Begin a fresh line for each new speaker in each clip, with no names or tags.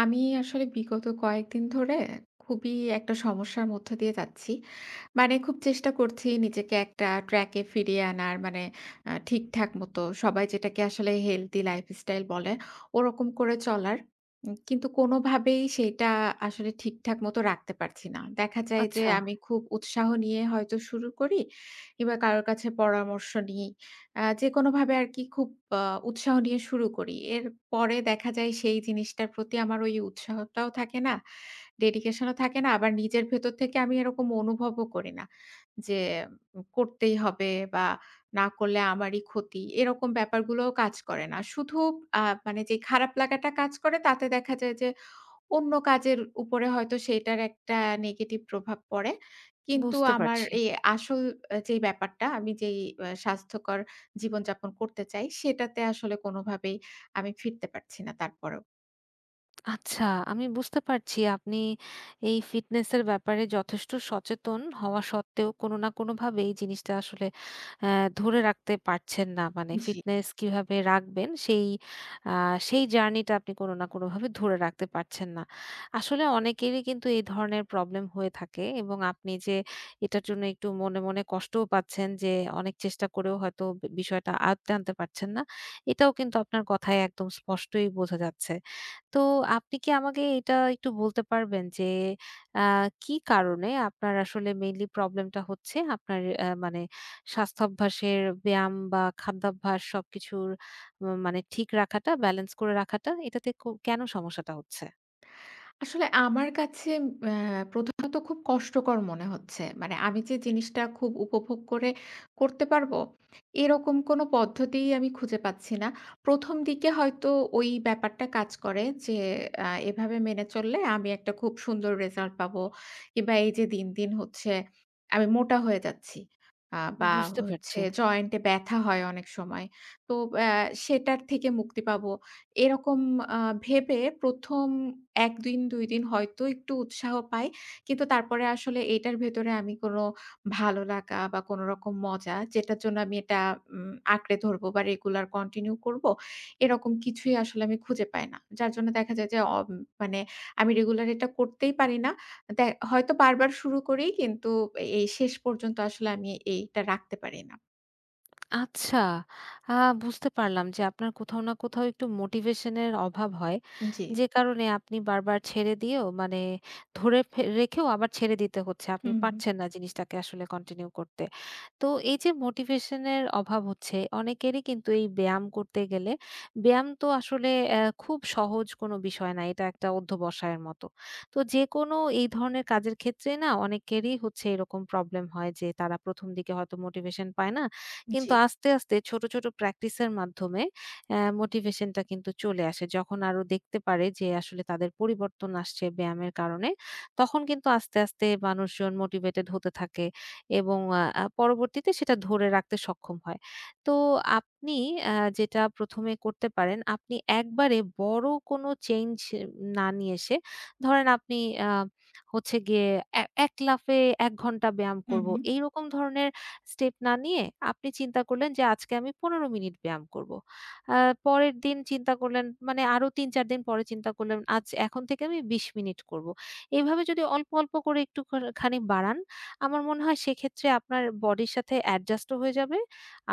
আমি আসলে বিগত কয়েকদিন ধরে খুবই একটা সমস্যার মধ্য দিয়ে যাচ্ছি। মানে খুব চেষ্টা করছি নিজেকে একটা ট্র্যাকে ফিরিয়ে আনার মানে ঠিকঠাক মতো সবাই যেটাকে আসলে হেলথি লাইফস্টাইল বলে ওরকম করে চলার। কিন্তু কোনোভাবেই সেটা আসলে ঠিকঠাক মতো রাখতে পারছি না। দেখা যায় যে
আচ্ছা,
আমি খুব উৎসাহ নিয়ে হয়তো শুরু করি কিংবা কারো কাছে পরামর্শ নিই। যেকোনোভাবে আরকি খুব আ উৎসাহ নিয়ে শুরু করি। এরপরে দেখা যায় সেই জিনিসটার প্রতি আমার ওই উৎসাহটাও থাকে না, ডেডিকেশন ও থাকে না। আবার নিজের ভেতর থেকে আমি এরকম অনুভবও করি না যে করতেই হবে বা না করলে আমারই ক্ষতি। এরকম ব্যাপারগুলোও কাজ করে না। শুধু আ মানে যে খারাপ লাগাটা কাজ করে তাতে দেখা যায় যে অন্য কাজের উপরে হয়তো সেটার একটা নেগেটিভ প্রভাব পড়ে। কিন্তু
বুঝতে
আমার
পারছি।
এই আসল আ যে ব্যাপারটা আমি যেই আ স্বাস্থ্যকর জীবনযাপন করতে চাই, সেটাতে আসলে কোনোভাবেই আমি ফিরতে পারছি না তারপরেও।
আচ্ছা, আমি বুঝতে পারছি আপনি এই ফিটনেসের ব্যাপারে যথেষ্ট সচেতন হওয়া সত্ত্বেও কোনো না কোনোভাবে এই জিনিসটা আসলে অ্যা ধরে রাখতে পারছেন না। মানে
জি।
ফিটনেস কিভাবে রাখবেন সেই আ সেই জার্নিটা আপনি কোনো না কোনোভাবে ধরে রাখতে পারছেন না। আসলে অনেকেরই কিন্তু এই ধরনের প্রবলেম হয়ে থাকে এবং আপনি যে এটার জন্য একটু মনে, মনে কষ্টও পাচ্ছেন যে অনেক চেষ্টা করেও হয়তো বিষয়টা আয়ত্তে আনতে পারছেন না। এটাও কিন্তু আপনার কথায় একদম স্পষ্টই বোঝা যাচ্ছে। তো আপনি কি আমাকে এটা একটু বলতে পারবেন যে আ কি কারণে আপনার আসলে মেইনলি প্রবলেমটা হচ্ছে? আপনার মানে স্বাস্থ্যাভ্যাসের ব্যায়াম বা খাদ্যাভ্যাস সবকিছুর মানে ঠিক রাখাটা, ব্যালেন্স করে রাখাটা এটাতে কেন সমস্যাটা হচ্ছে?
আসলে আমার কাছে আ প্রথমত খুব কষ্টকর মনে হচ্ছে। মানে আমি যে জিনিসটা খুব উপভোগ করে করতে পারবো, এরকম কোনো পদ্ধতিই আমি খুঁজে পাচ্ছি না। ১ম দিকে হয়তো ওই ব্যাপারটা কাজ করে যে এভাবে মেনে চললে আমি একটা খুব সুন্দর রেজাল্ট পাবো কিংবা এই যে দিন, দিন হচ্ছে আমি মোটা হয়ে যাচ্ছি। বা
বুঝতে
হচ্ছে
পারছি।
জয়েন্টে ব্যথা হয় অনেক সময়। তো আ সেটার থেকে মুক্তি পাবো। এরকম আ ভেবে ১ম ১ দিন ২ দিন হয়তো একটু উৎসাহ পাই। কিন্তু তারপরে আসলে এইটার ভেতরে আমি কোন ভালো লাগা বা কোনরকম মজা যেটার জন্য আমি এটা আঁকড়ে ধরবো বা রেগুলার কন্টিনিউ করব, এরকম কিছুই আসলে আমি খুঁজে পাই না। যার জন্য দেখা যায় যে মানে আমি রেগুলার এটা করতেই পারি না। দে হয়তো বারবার শুরু করি কিন্তু এই শেষ পর্যন্ত আসলে আমি এইটা রাখতে পারি না।
আচ্ছা, আ বুঝতে পারলাম যে আপনার কোথাও না কোথাও একটু মোটিভেশন এর অভাব হয়।
জি।
যে কারণে আপনি বারবার ছেড়ে দিয়েও মানে ধরে রেখেও আবার ছেড়ে দিতে হচ্ছে। আপনি
হুম, হুম।
পারছেন না জিনিসটাকে আসলে কন্টিনিউ করতে। তো এই যে মোটিভেশন এর অভাব হচ্ছে, অনেকেরই কিন্তু এই ব্যায়াম করতে গেলে ব্যায়াম তো আসলে খুব সহজ কোনো বিষয় না। এটা একটা অধ্যবসায়ের মতো। তো যেকোনো এই ধরনের কাজের ক্ষেত্রেই না অনেকেরই হচ্ছে এরকম প্রবলেম হয় যে তারা ১ম দিকে হয়তো মোটিভেশন পায় না।
জি।
কিন্তু আস্তে, আস্তে ছোট, ছোট প্র্যাকটিসের মাধ্যমে মোটিভেশনটা কিন্তু চলে আসে। যখন আরো দেখতে পারে যে আসলে তাদের পরিবর্তন আসছে ব্যায়ামের কারণে, তখন কিন্তু আস্তে, আস্তে মানুষজন মোটিভেটেড হতে থাকে এবং আ আ পরবর্তীতে সেটা ধরে রাখতে সক্ষম হয়। তো আপনি যেটা ১ম এ করতে পারেন, আপনি একবারে বড় কোনো চেঞ্জ না নিয়ে এসে, ধরেন আপনি আ হচ্ছে গিয়ে এক লাফে ১ ঘন্টা ব্যায়াম
হুম,
করব।
হুম।
এইরকম ধরনের স্টেপ না নিয়ে আপনি চিন্তা করলেন যে আজকে আমি ১৫ মিনিট ব্যায়াম করব। আ পরের দিন চিন্তা করলেন মানে আরো ৩-৪ দিন পরে চিন্তা করলেন আজ এখন থেকে আমি ২০ মিনিট করব। এভাবে যদি অল্প, অল্প করে একটু খানি বাড়ান, আমার মনে হয় সেক্ষেত্রে আপনার বডির সাথে অ্যাডজাস্টও হয়ে যাবে,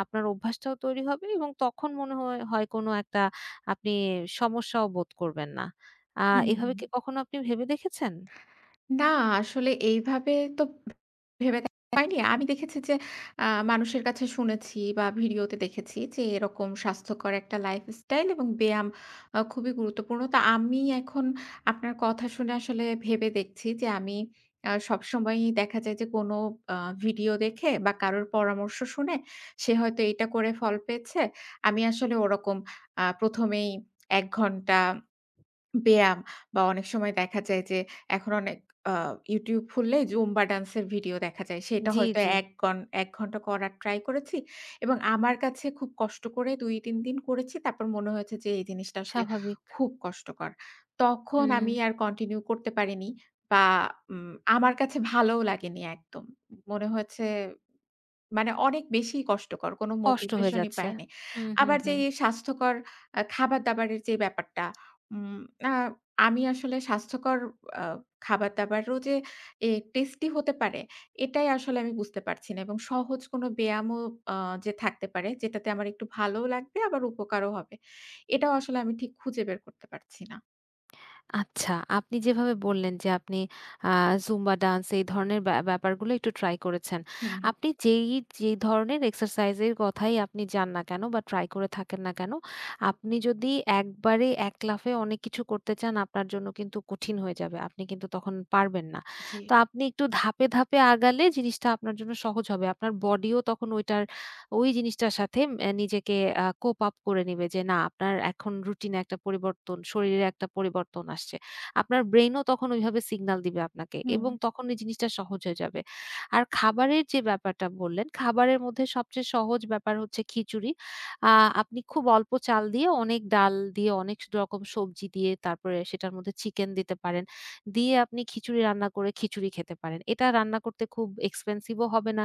আপনার অভ্যাসটাও তৈরি হবে এবং তখন মনে হয় হয় কোনো একটা আপনি সমস্যাও বোধ করবেন না। আ
হুম,
এভাবে
হুম।
কি কখনো আপনি ভেবে দেখেছেন?
না, আসলে এইভাবে তো ভেবে দেখা হয়নি। আমি দেখেছি যে আ মানুষের কাছে শুনেছি বা ভিডিওতে দেখেছি যে এরকম স্বাস্থ্যকর একটা লাইফস্টাইল এবং ব্যায়াম খুবই গুরুত্বপূর্ণ। তো আমি এখন আপনার কথা শুনে আসলে ভেবে দেখছি যে আমি সবসময়ই দেখা যায় যে কোনো আ ভিডিও দেখে বা কারোর পরামর্শ শুনে সে হয়তো এটা করে ফল পেয়েছে। আমি আসলে ওরকম ১ম এই ১ ঘন্টা ব্যায়াম বা অনেক সময় দেখা যায় যে এখন অনেক আ YouTube খুললে জুম্বা ডান্সের ভিডিও দেখা যায়। সেটা
জি,
হয়তো
জি।
১ ঘন্টা করার ট্রাই করেছি এবং আমার কাছে খুব কষ্ট করে ২-৩ দিন করেছি। তারপর মনে হয়েছে যে এই জিনিসটা আসলে
স্বাভাবিক।
খুব কষ্টকর। তখন
হুম,
আমি আর কন্টিনিউ করতে পারিনি বা আমার কাছে ভালোও লাগেনি একদম। মনে হয়েছে মানে অনেক বেশি কষ্টকর। কোনো
কষ্ট হয়ে
মোটিভেশন ই
যাচ্ছে।
পাইনি।
হুম, হুম,
আবার যে
হুম।
এই স্বাস্থ্যকর খাবার-দাবারের যে ব্যাপারটা, উম আ আমি আসলে স্বাস্থ্যকর আ খাবার-দাবারও যে টেস্টি হতে পারে, এটাই আসলে আমি বুঝতে পারছি না এবং সহজ কোনো ব্যায়ামও আ যে থাকতে পারে, যেটাতে আমার একটু ভালোও লাগবে আবার উপকারও হবে। এটাও আসলে আমি ঠিক খুঁজে বের করতে পারছি না।
আচ্ছা, আপনি যেভাবে বললেন যে আপনি আ জুম্বা ডান্স এই ধরনের ব্যাপারগুলো একটু ট্রাই করেছেন।
হুম,
আপনি যে ধরনের এক্সারসাইজ এর কথাই আপনি যান না কেন বা ট্রাই করে থাকেন না কেন, আপনি যদি একবারে এক লাফে অনেক কিছু করতে চান আপনার জন্য কিন্তু কঠিন হয়ে যাবে। আপনি কিন্তু তখন পারবেন না।
জি।
তো আপনি একটু ধাপে, ধাপে আগালে জিনিসটা আপনার জন্য সহজ হবে। আপনার বডিও তখন ওইটার ওই জিনিসটার সাথে নিজেকে কোপ আপ করে নিবে যে না আপনার এখন রুটিনে একটা পরিবর্তন, শরীরে একটা পরিবর্তন আসছে। আপনার ব্রেইনও তখন ওইভাবে সিগন্যাল দিবে আপনাকে
হুম।
এবং
জি
তখন এই জিনিসটা সহজ হয়ে যাবে। আর খাবারের যে ব্যাপারটা বললেন, খাবারের মধ্যে সবচেয়ে সহজ ব্যাপার হচ্ছে খিচুড়ি। আ আপনি খুব অল্প চাল দিয়ে অনেক ডাল দিয়ে অনেক রকম সবজি দিয়ে তারপরে সেটার মধ্যে চিকেন দিতে পারেন। দিয়ে আপনি খিচুড়ি রান্না করে খিচুড়ি খেতে পারেন। এটা রান্না করতে খুব এক্সপেনসিভ ও হবে না,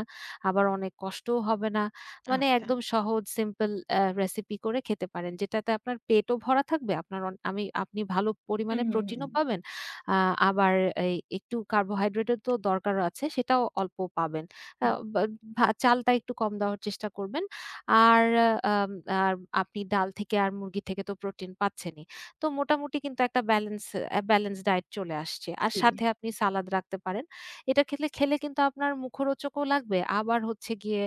আবার অনেক কষ্টও হবে না।
হুম,
মানে
আচ্ছা।
একদম সহজ সিম্পল রেসিপি করে খেতে পারেন। যেটাতে আপনার পেটও ভরা থাকবে। আপনার অন আমি আপনি ভালো
হুম,
পরিমাণে
হুম, হুম,
প্রোটিনও পাবেন। আ আবার এই একটু কার্বোহাইড্রেটের তো দরকার আছে সেটাও অল্প পাবেন। আ
হুম।
বা চালটা একটু কম দেওয়ার চেষ্টা করবেন। আর আম আর আপনি ডাল থেকে আর মুরগি থেকে তো প্রোটিন পাচ্ছেনই। তো মোটামুটি কিন্তু একটা ব্যালেন্স ডায়েট চলে আসছে। আর
জি,
সাথে আপনি সালাদ রাখতে পারেন। এটা খেলে খেলে কিন্তু আপনার মুখরোচকও লাগবে। আবার হচ্ছে গিয়ে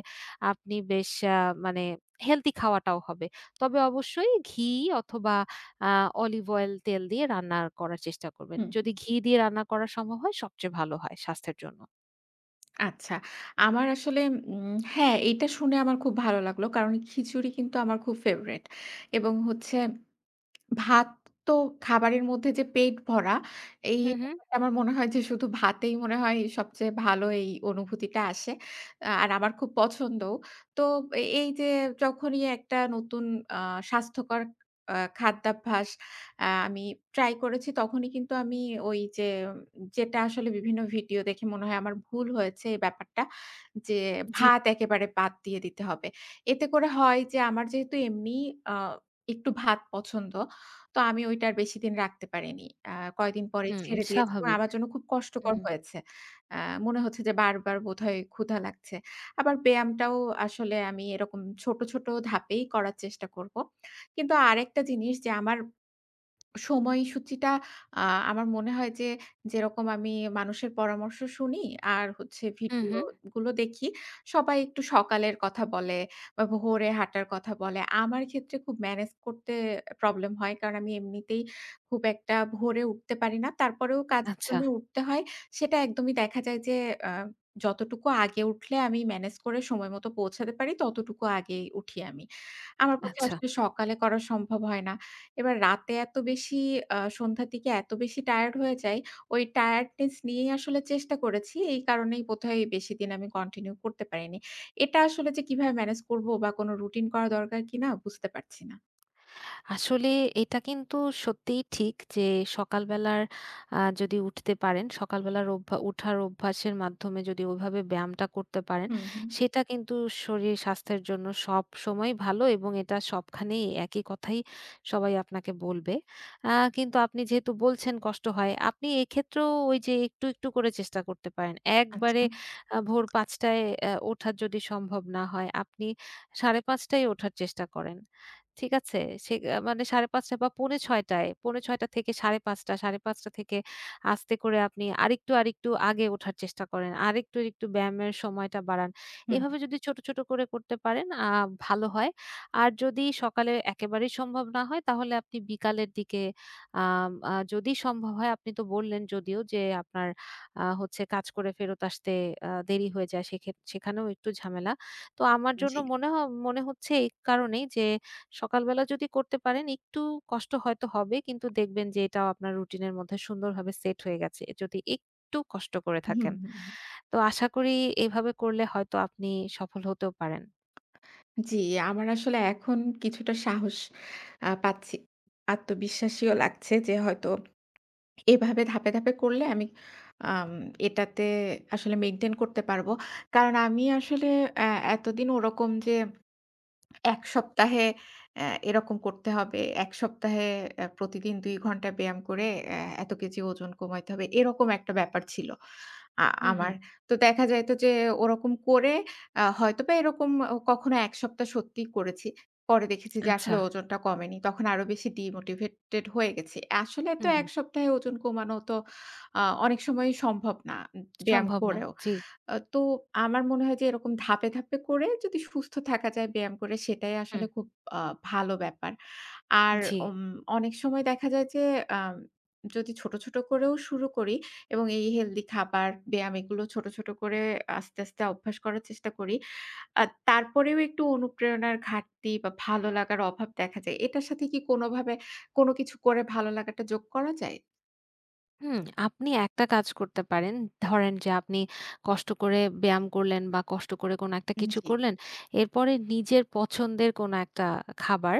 আপনি বেশ মানে হেলথি খাওয়াটাও হবে। তবে অবশ্যই ঘি অথবা আ অলিভ অয়েল তেল দিয়ে রান্না করার চেষ্টা করবেন।
হুম।
যদি ঘি দিয়ে রান্না করা সম্ভব হয় সবচেয়ে ভালো হয় স্বাস্থ্যের জন্য।
আচ্ছা। আমার আসলে হ্যাঁ, এইটা শুনে আমার খুব ভালো লাগলো। কারণ খিচুড়ি কিন্তু আমার খুব ফেভারিট এবং হচ্ছে ভাত তো খাবারের মধ্যে যে পেট ভরা, এই
হুম, হুম।
ব্যাপারটা আমার মনে হয় যে শুধু ভাতেই মনে হয় সবচেয়ে ভালো এই অনুভূতিটা আসে। আহ, আর আমার খুব পছন্দও। তো এই যে যখনই একটা নতুন আ স্বাস্থ্যকর খাদ্যাভ্যাস আমি ট্রাই করেছি তখনই কিন্তু আমি ওই যে যেটা আসলে বিভিন্ন ভিডিও দেখে মনে হয় আমার ভুল হয়েছে এই ব্যাপারটা যে
জি,
ভাত একেবারে বাদ দিয়ে দিতে হবে। এতে করে হয় যে আমার যেহেতু এমনি আ একটু ভাত পছন্দ। তো আমি ওইটা আর বেশিদিন রাখতে পারিনি। আ কয়েকদিন পরে
হুম,
ছেড়ে দিয়েছি এবং
স্বাভাবিক।
আমার জন্য খুব
হুম,
কষ্টকর
হুম।
হয়েছে। আ মনে হচ্ছে যে বারবার বোধহয় ক্ষুধা লাগছে। আবার ব্যায়ামটাও আসলে আমি এরকম ছোট, ছোট ধাপেই করার চেষ্টা করব। কিন্তু আরেকটা জিনিস যে আমার সময়সূচিটা আ আমার মনে হয় যে, যেরকম আমি মানুষের পরামর্শ শুনি আর হচ্ছে
হুম, হুম।
ভিডিওগুলো দেখি, সবাই একটু সকালের কথা বলে বা ভোরে হাঁটার কথা বলে। আমার ক্ষেত্রে খুব ম্যানেজ করতে প্রবলেম হয়। কারণ আমি এমনিতেই খুব একটা ভোরে উঠতে পারি না। তারপরেও কাজের
আচ্ছা,
জন্য উঠতে হয়। সেটা একদমই দেখা যায় যে, আ যতটুকু আগে উঠলে আমি ম্যানেজ করে সময় মতো পৌঁছাতে পারি, ততটুকু আগেই উঠি আমি। আমার পক্ষে
আচ্ছা।
আসলে সকালে করা সম্ভব হয় না। এবার রাতে এত বেশি সন্ধ্যার দিকে এত বেশি টায়ার্ড হয়ে যাই, ওই টায়ার্ডনেস নিয়েই আসলে চেষ্টা করেছি। এই কারণেই বোধহয় বেশিদিন আমি কন্টিনিউ করতে পারিনি। এটা আসলে যে কিভাবে ম্যানেজ করব বা কোনো রুটিন করা দরকার কিনা বুঝতে পারছি না।
আসলে এটা কিন্তু সত্যিই ঠিক যে সকালবেলার যদি উঠতে পারেন সকালবেলার উঠার অভ্যাসের মাধ্যমে যদি ওইভাবে ব্যায়ামটা করতে পারেন
হুম, হুম।
সেটা কিন্তু শরীর স্বাস্থ্যের জন্য সব সময় ভালো এবং এটা সবখানেই একই কথাই সবাই আপনাকে বলবে কিন্তু আপনি যেহেতু বলছেন কষ্ট হয় আপনি এক্ষেত্রেও ওই যে একটু একটু করে চেষ্টা করতে পারেন একবারে
আচ্ছা।
ভোর পাঁচটায় ওঠার যদি সম্ভব না হয় আপনি সাড়ে পাঁচটায় ওঠার চেষ্টা করেন ঠিক আছে? সে আ মানে ৫:৩০ বা ৫:৪৫, ৫:৬টা থেকে ৫:৩০, ৫:৩০ থেকে আস্তে করে আপনি আরেকটু, আরেকটু আগে ওঠার চেষ্টা করেন। আরেকটু, আরেকটু ব্যায়ামের সময়টা বাড়ান।
হুম,
এভাবে যদি ছোট, ছোট করে করতে পারেন ভালো হয়। আর যদি সকালে একেবারেই সম্ভব না হয় তাহলে আপনি বিকালের দিকে আম আ যদি সম্ভব হয় আপনি তো বললেন যদিও যে আপনার হচ্ছে কাজ করে ফেরত আসতে দেরি হয়ে যায় সেখানেও একটু ঝামেলা। তো আমার জন্য
জি।
মনে মনে হচ্ছে এই কারণেই যে সকালবেলা যদি করতে পারেন একটু কষ্ট হয়তো হবে কিন্তু দেখবেন যে এটাও আপনার রুটিনের মধ্যে সুন্দরভাবে সেট হয়ে গেছে যদি একটু কষ্ট করে
হুম,
থাকেন।
হুম, হুম।
তো আশা করি এভাবে করলে হয়তো আপনি সফল হতেও পারেন।
জি, আমার আসলে এখন কিছুটা সাহস পাচ্ছি। আত্মবিশ্বাসীও লাগছে যে হয়তো এভাবে ধাপে, ধাপে করলে আমি আম এটাতে আসলে মেইনটেইন করতে পারবো। কারণ আমি আসলে অ্যা এতদিন ওরকম যে ১ সপ্তাহে এরকম করতে হবে, ১ সপ্তাহে প্রতিদিন ২ ঘন্টা ব্যায়াম করে এত কেজি ওজন কমাইতে হবে, এরকম একটা ব্যাপার ছিল। আ
হুম,
আমার।
হুম।
তো দেখা যাইত যে ওরকম করে হয়তোবা এরকম কখনো ১ সপ্তাহ সত্যিই করেছি। পরে দেখেছি যে
আচ্ছা।
আসলে ওজনটা কমেনি। তখন আরো বেশি ডিমোটিভেটেড হয়ে গেছি। আসলে তো
হুম,
১
হুম।
সপ্তাহে ওজন কমানো তো অনেক সময়ই সম্ভব না, ব্যায়াম
সম্ভব না।
করেও।
জি।
তো আমার মনে হয় যে এরকম ধাপে, ধাপে করে যদি সুস্থ থাকা যায় ব্যায়াম করে সেটাই
হুম।
আসলে খুব আ ভালো ব্যাপার। আর
জি।
উম অনেক সময় দেখা যায় যে আম যদি ছোট, ছোট করেও শুরু করি এবং এই হেলদি খাবার, ব্যায়াম এগুলো ছোট, ছোট করে আস্তে, আস্তে অভ্যাস করার চেষ্টা করি। আ তারপরেও একটু অনুপ্রেরণার ঘাটতি বা ভালো লাগার অভাব দেখা যায়। এটার সাথে কি কোনোভাবে কোনো কিছু করে ভালো লাগাটা যোগ করা যায়?
হুম, আপনি একটা কাজ করতে পারেন। ধরেন যে আপনি কষ্ট করে ব্যায়াম করলেন বা কষ্ট করে কোনো একটা কিছু
জি।
করলেন। এরপরে নিজের পছন্দের কোনো একটা খাবার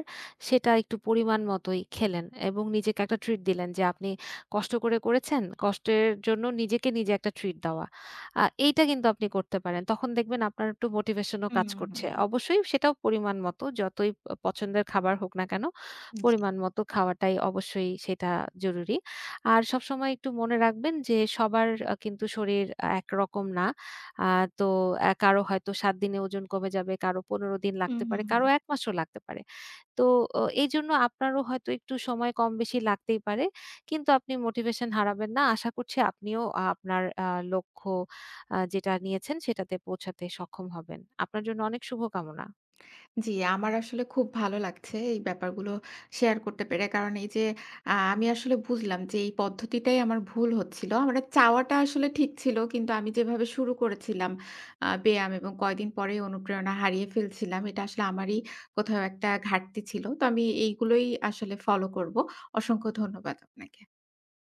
সেটা একটু পরিমাণ মতোই খেলেন এবং নিজেকে একটা ট্রিট দিলেন যে আপনি কষ্ট করে করেছেন, কষ্টের জন্য নিজেকে নিজে একটা ট্রিট দেওয়া। এইটা কিন্তু আপনি করতে পারেন। তখন দেখবেন আপনার একটু মোটিভেশনও
হুম,
কাজ
হুম, হুম।
করছে। অবশ্যই সেটাও পরিমাণ মতো যতই পছন্দের খাবার হোক না কেন,
জি।
পরিমাণ মতো খাওয়াটাই অবশ্যই সেটা জরুরি। আর সবসময় একটু মনে রাখবেন যে সবার কিন্তু শরীর একরকম না। আ তো কারো হয়তো ৭ দিনে ওজন কমে যাবে, কারো ১৫ দিন
হুম,
লাগতে পারে,
হুম, হুম।
কারো ১ মাসও লাগতে পারে। তো এইজন্য আপনারও হয়তো একটু সময় কম বেশি লাগতেই পারে। কিন্তু আপনি মোটিভেশন হারাবেন না। আশা করছি আপনিও আপনার লক্ষ্য যেটা নিয়েছেন সেটাতে পৌঁছাতে সক্ষম হবেন। আপনার জন্য অনেক শুভকামনা।
জি, আমার আসলে খুব ভালো লাগছে এই ব্যাপারগুলো শেয়ার করতে পেরে। কারণ এই যে আমি আসলে বুঝলাম যে এই পদ্ধতিটাই আমার ভুল হচ্ছিল। আমার চাওয়াটা আসলে ঠিক ছিল। কিন্তু আমি যেভাবে শুরু করেছিলাম ব্যায়াম এবং কয়দিন পরেই অনুপ্রেরণা হারিয়ে ফেলছিলাম। এটা আসলে আমারই কোথাও একটা ঘাটতি ছিল। তো আমি এইগুলোই আসলে ফলো করব। অসংখ্য ধন্যবাদ আপনাকে।